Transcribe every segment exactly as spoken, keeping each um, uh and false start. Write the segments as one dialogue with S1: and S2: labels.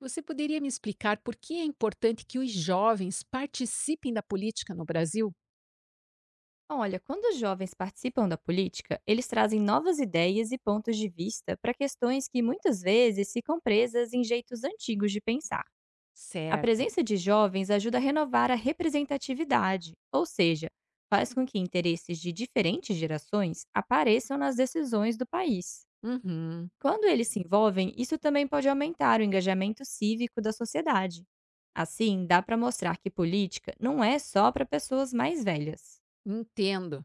S1: Você poderia me explicar por que é importante que os jovens participem da política no Brasil?
S2: Olha, quando os jovens participam da política, eles trazem novas ideias e pontos de vista para questões que muitas vezes ficam presas em jeitos antigos de pensar. A
S1: Certa.
S2: presença de jovens ajuda a renovar a representatividade, ou seja, faz com que interesses de diferentes gerações apareçam nas decisões do país.
S1: Uhum,
S2: Quando eles se envolvem, isso também pode aumentar o engajamento cívico da sociedade. Assim, dá para mostrar que política não é só para pessoas mais velhas.
S1: entendo.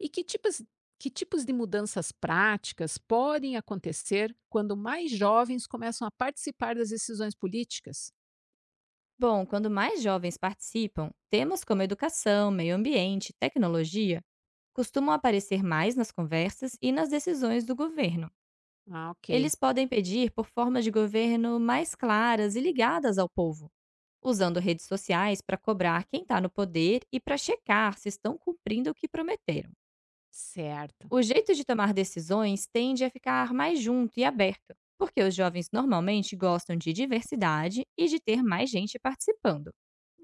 S1: E que tipos, que tipos de mudanças práticas podem acontecer quando mais jovens começam a participar das decisões políticas?
S2: Bom, quando mais jovens participam, temas como educação, meio ambiente, tecnologia costumam aparecer mais nas conversas e nas decisões do governo.
S1: Ah, ok.
S2: Eles podem pedir por formas de governo mais claras e ligadas ao povo, usando redes sociais para cobrar quem está no poder e para checar se estão cumprindo o que prometeram.
S1: Certo.
S2: O jeito de tomar decisões tende a ficar mais junto e aberto, porque os jovens normalmente gostam de diversidade e de ter mais gente participando.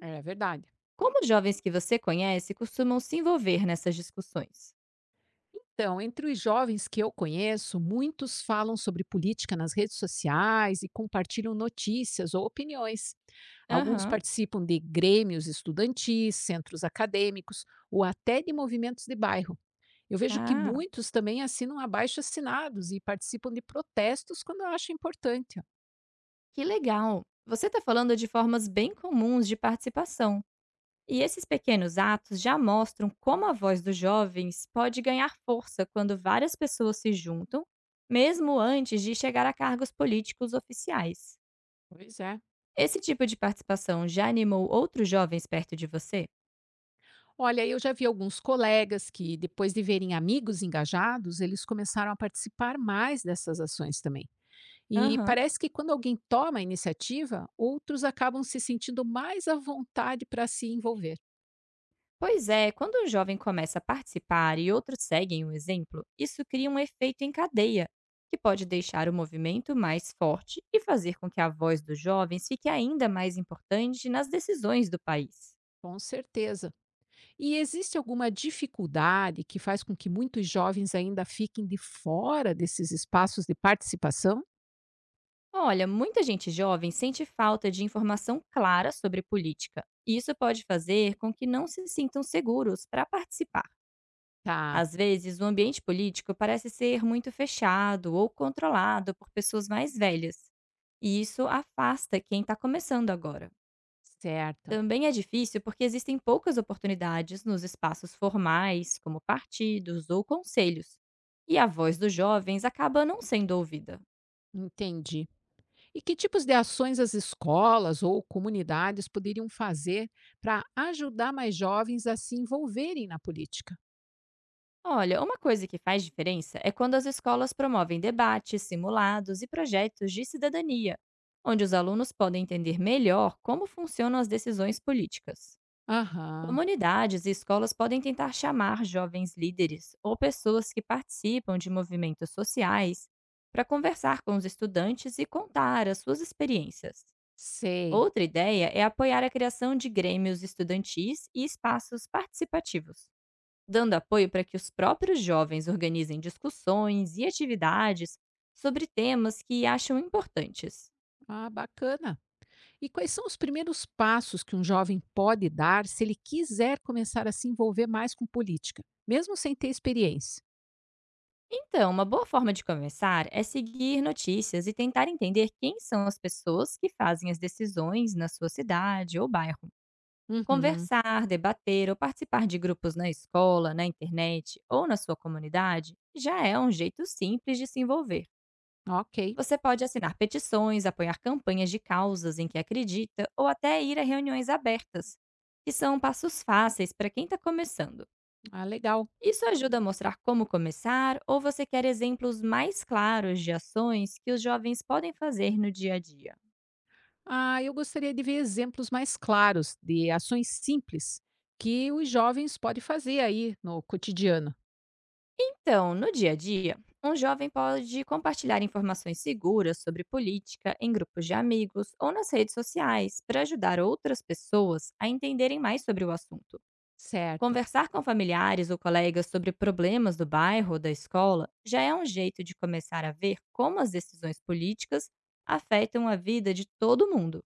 S1: É verdade.
S2: Como os jovens que você conhece costumam se envolver nessas discussões?
S1: Então, entre os jovens que eu conheço, muitos falam sobre política nas redes sociais e compartilham notícias ou opiniões. Alguns
S2: Aham.
S1: participam de grêmios estudantis, centros acadêmicos ou até de movimentos de bairro. Eu vejo que
S2: Ah,
S1: muitos também assinam abaixo-assinados e participam de protestos quando acham importante. Ó.
S2: que legal. Você está falando de formas bem comuns de participação. E esses pequenos atos já mostram como a voz dos jovens pode ganhar força quando várias pessoas se juntam, mesmo antes de chegar a cargos políticos oficiais.
S1: Pois é.
S2: Esse tipo de participação já animou outros jovens perto de você?
S1: Olha, eu já vi alguns colegas que, depois de verem amigos engajados, eles começaram a participar mais dessas ações também. E
S2: Aham.
S1: parece que quando alguém toma a iniciativa, outros acabam se sentindo mais à vontade para se envolver.
S2: Pois é, quando um jovem começa a participar e outros seguem o exemplo, isso cria um efeito em cadeia, que pode deixar o movimento mais forte e fazer com que a voz dos jovens fique ainda mais importante nas decisões do país.
S1: Com certeza. E existe alguma dificuldade que faz com que muitos jovens ainda fiquem de fora desses espaços de participação?
S2: Olha, muita gente jovem sente falta de informação clara sobre política, e isso pode fazer com que não se sintam seguros para participar.
S1: Tá,
S2: Às vezes, o ambiente político parece ser muito fechado ou controlado por pessoas mais velhas, e isso afasta quem está começando agora.
S1: certa.
S2: Também é difícil porque existem poucas oportunidades nos espaços formais, como partidos ou conselhos, e a voz dos jovens acaba não sendo ouvida.
S1: Entendi. E que tipos de ações as escolas ou comunidades poderiam fazer para ajudar mais jovens a se envolverem na política?
S2: Olha, uma coisa que faz diferença é quando as escolas promovem debates, simulados e projetos de cidadania, onde os alunos podem entender melhor como funcionam as decisões políticas.
S1: Aham,
S2: Comunidades e escolas podem tentar chamar jovens líderes ou pessoas que participam de movimentos sociais para conversar com os estudantes e contar as suas experiências.
S1: sei.
S2: Outra ideia é apoiar a criação de grêmios estudantis e espaços participativos, dando apoio para que os próprios jovens organizem discussões e atividades sobre temas que acham importantes.
S1: Ah, bacana. E quais são os primeiros passos que um jovem pode dar se ele quiser começar a se envolver mais com política, mesmo sem ter experiência?
S2: Então, uma boa forma de começar é seguir notícias e tentar entender quem são as pessoas que fazem as decisões na sua cidade ou bairro.
S1: Uhum,
S2: Conversar, debater ou participar de grupos na escola, na internet ou na sua comunidade já é um jeito simples de se envolver.
S1: ok,
S2: Você pode assinar petições, apoiar campanhas de causas em que acredita ou até ir a reuniões abertas, que são passos fáceis para quem está começando.
S1: ah, legal.
S2: Isso ajuda a mostrar como começar, ou você quer exemplos mais claros de ações que os jovens podem fazer no dia a dia?
S1: Ah, eu gostaria de ver exemplos mais claros de ações simples que os jovens podem fazer aí no cotidiano.
S2: Então, no dia a dia, um jovem pode compartilhar informações seguras sobre política em grupos de amigos ou nas redes sociais para ajudar outras pessoas a entenderem mais sobre o assunto.
S1: Certo.
S2: Conversar com familiares ou colegas sobre problemas do bairro ou da escola já é um jeito de começar a ver como as decisões políticas afetam a vida de todo mundo.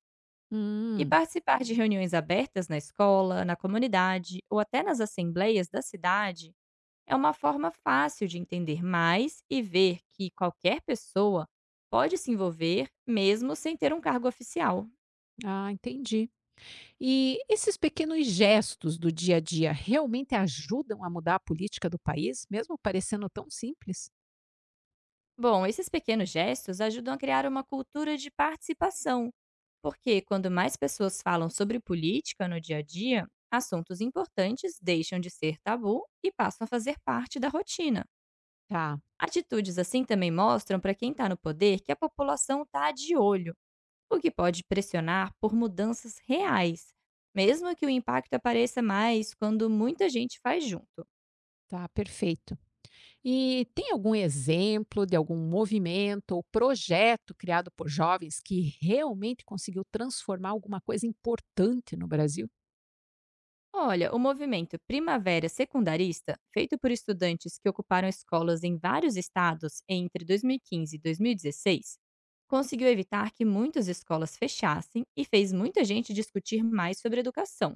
S2: E
S1: Hum,
S2: participar de reuniões abertas na escola, na comunidade ou até nas assembleias da cidade é uma forma fácil de entender mais e ver que qualquer pessoa pode se envolver mesmo sem ter um cargo oficial.
S1: ah, entendi. E esses pequenos gestos do dia a dia realmente ajudam a mudar a política do país, mesmo parecendo tão simples?
S2: Bom, esses pequenos gestos ajudam a criar uma cultura de participação, porque quando mais pessoas falam sobre política no dia a dia, assuntos importantes deixam de ser tabu e passam a fazer parte da rotina.
S1: Tá,
S2: Atitudes assim também mostram para quem está no poder que a população está de olho, o que pode pressionar por mudanças reais, mesmo que o impacto apareça mais quando muita gente faz junto.
S1: tá, perfeito. E tem algum exemplo de algum movimento ou projeto criado por jovens que realmente conseguiu transformar alguma coisa importante no Brasil?
S2: Olha, o movimento Primavera Secundarista, feito por estudantes que ocuparam escolas em vários estados entre dois mil e quinze e dois mil e dezesseis, conseguiu evitar que muitas escolas fechassem e fez muita gente discutir mais sobre educação.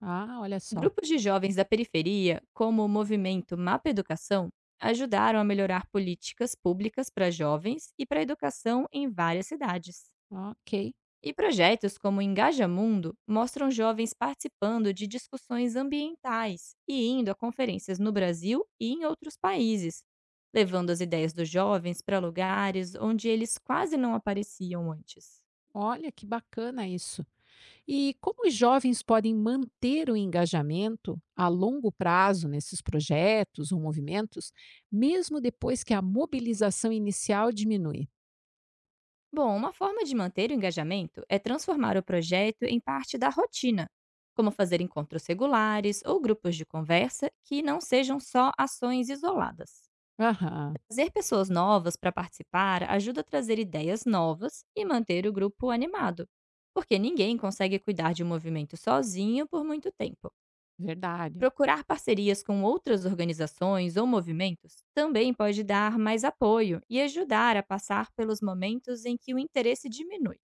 S1: Ah, olha só.
S2: Grupos de jovens da periferia, como o movimento Mapa Educação, ajudaram a melhorar políticas públicas para jovens e para a educação em várias cidades.
S1: Ok.
S2: E projetos como Engaja Mundo mostram jovens participando de discussões ambientais e indo a conferências no Brasil e em outros países, levando as ideias dos jovens para lugares onde eles quase não apareciam antes.
S1: Olha que bacana isso. E como os jovens podem manter o engajamento a longo prazo nesses projetos ou movimentos, mesmo depois que a mobilização inicial diminui?
S2: Bom, uma forma de manter o engajamento é transformar o projeto em parte da rotina, como fazer encontros regulares ou grupos de conversa que não sejam só ações isoladas.
S1: Aham,
S2: Trazer pessoas novas para participar ajuda a trazer ideias novas e manter o grupo animado, porque ninguém consegue cuidar de um movimento sozinho por muito tempo.
S1: verdade.
S2: Procurar parcerias com outras organizações ou movimentos também pode dar mais apoio e ajudar a passar pelos momentos em que o interesse diminui.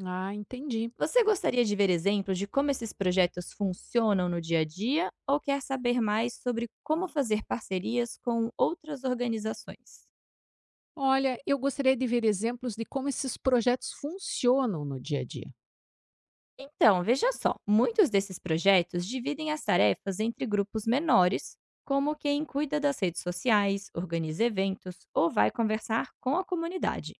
S1: Ah, entendi.
S2: Você gostaria de ver exemplos de como esses projetos funcionam no dia a dia ou quer saber mais sobre como fazer parcerias com outras organizações?
S1: Olha, eu gostaria de ver exemplos de como esses projetos funcionam no dia a dia.
S2: Então, veja só: muitos desses projetos dividem as tarefas entre grupos menores, como quem cuida das redes sociais, organiza eventos ou vai conversar com a comunidade.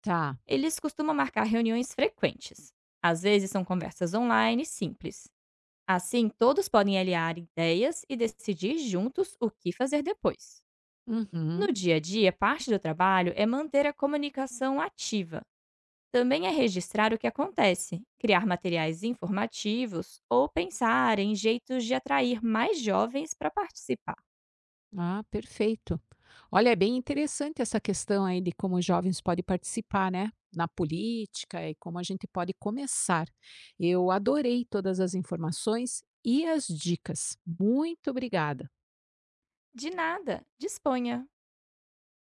S1: Tá.
S2: Eles costumam marcar reuniões frequentes. Às vezes são conversas online simples. Assim, todos podem aliar ideias e decidir juntos o que fazer depois.
S1: Uhum.
S2: No dia a dia, parte do trabalho é manter a comunicação ativa. Também é registrar o que acontece, criar materiais informativos ou pensar em jeitos de atrair mais jovens para participar.
S1: Ah, perfeito. Olha, é bem interessante essa questão aí de como os jovens podem participar, né? Na política e como a gente pode começar. Eu adorei todas as informações e as dicas. Muito obrigada.
S2: De nada, disponha!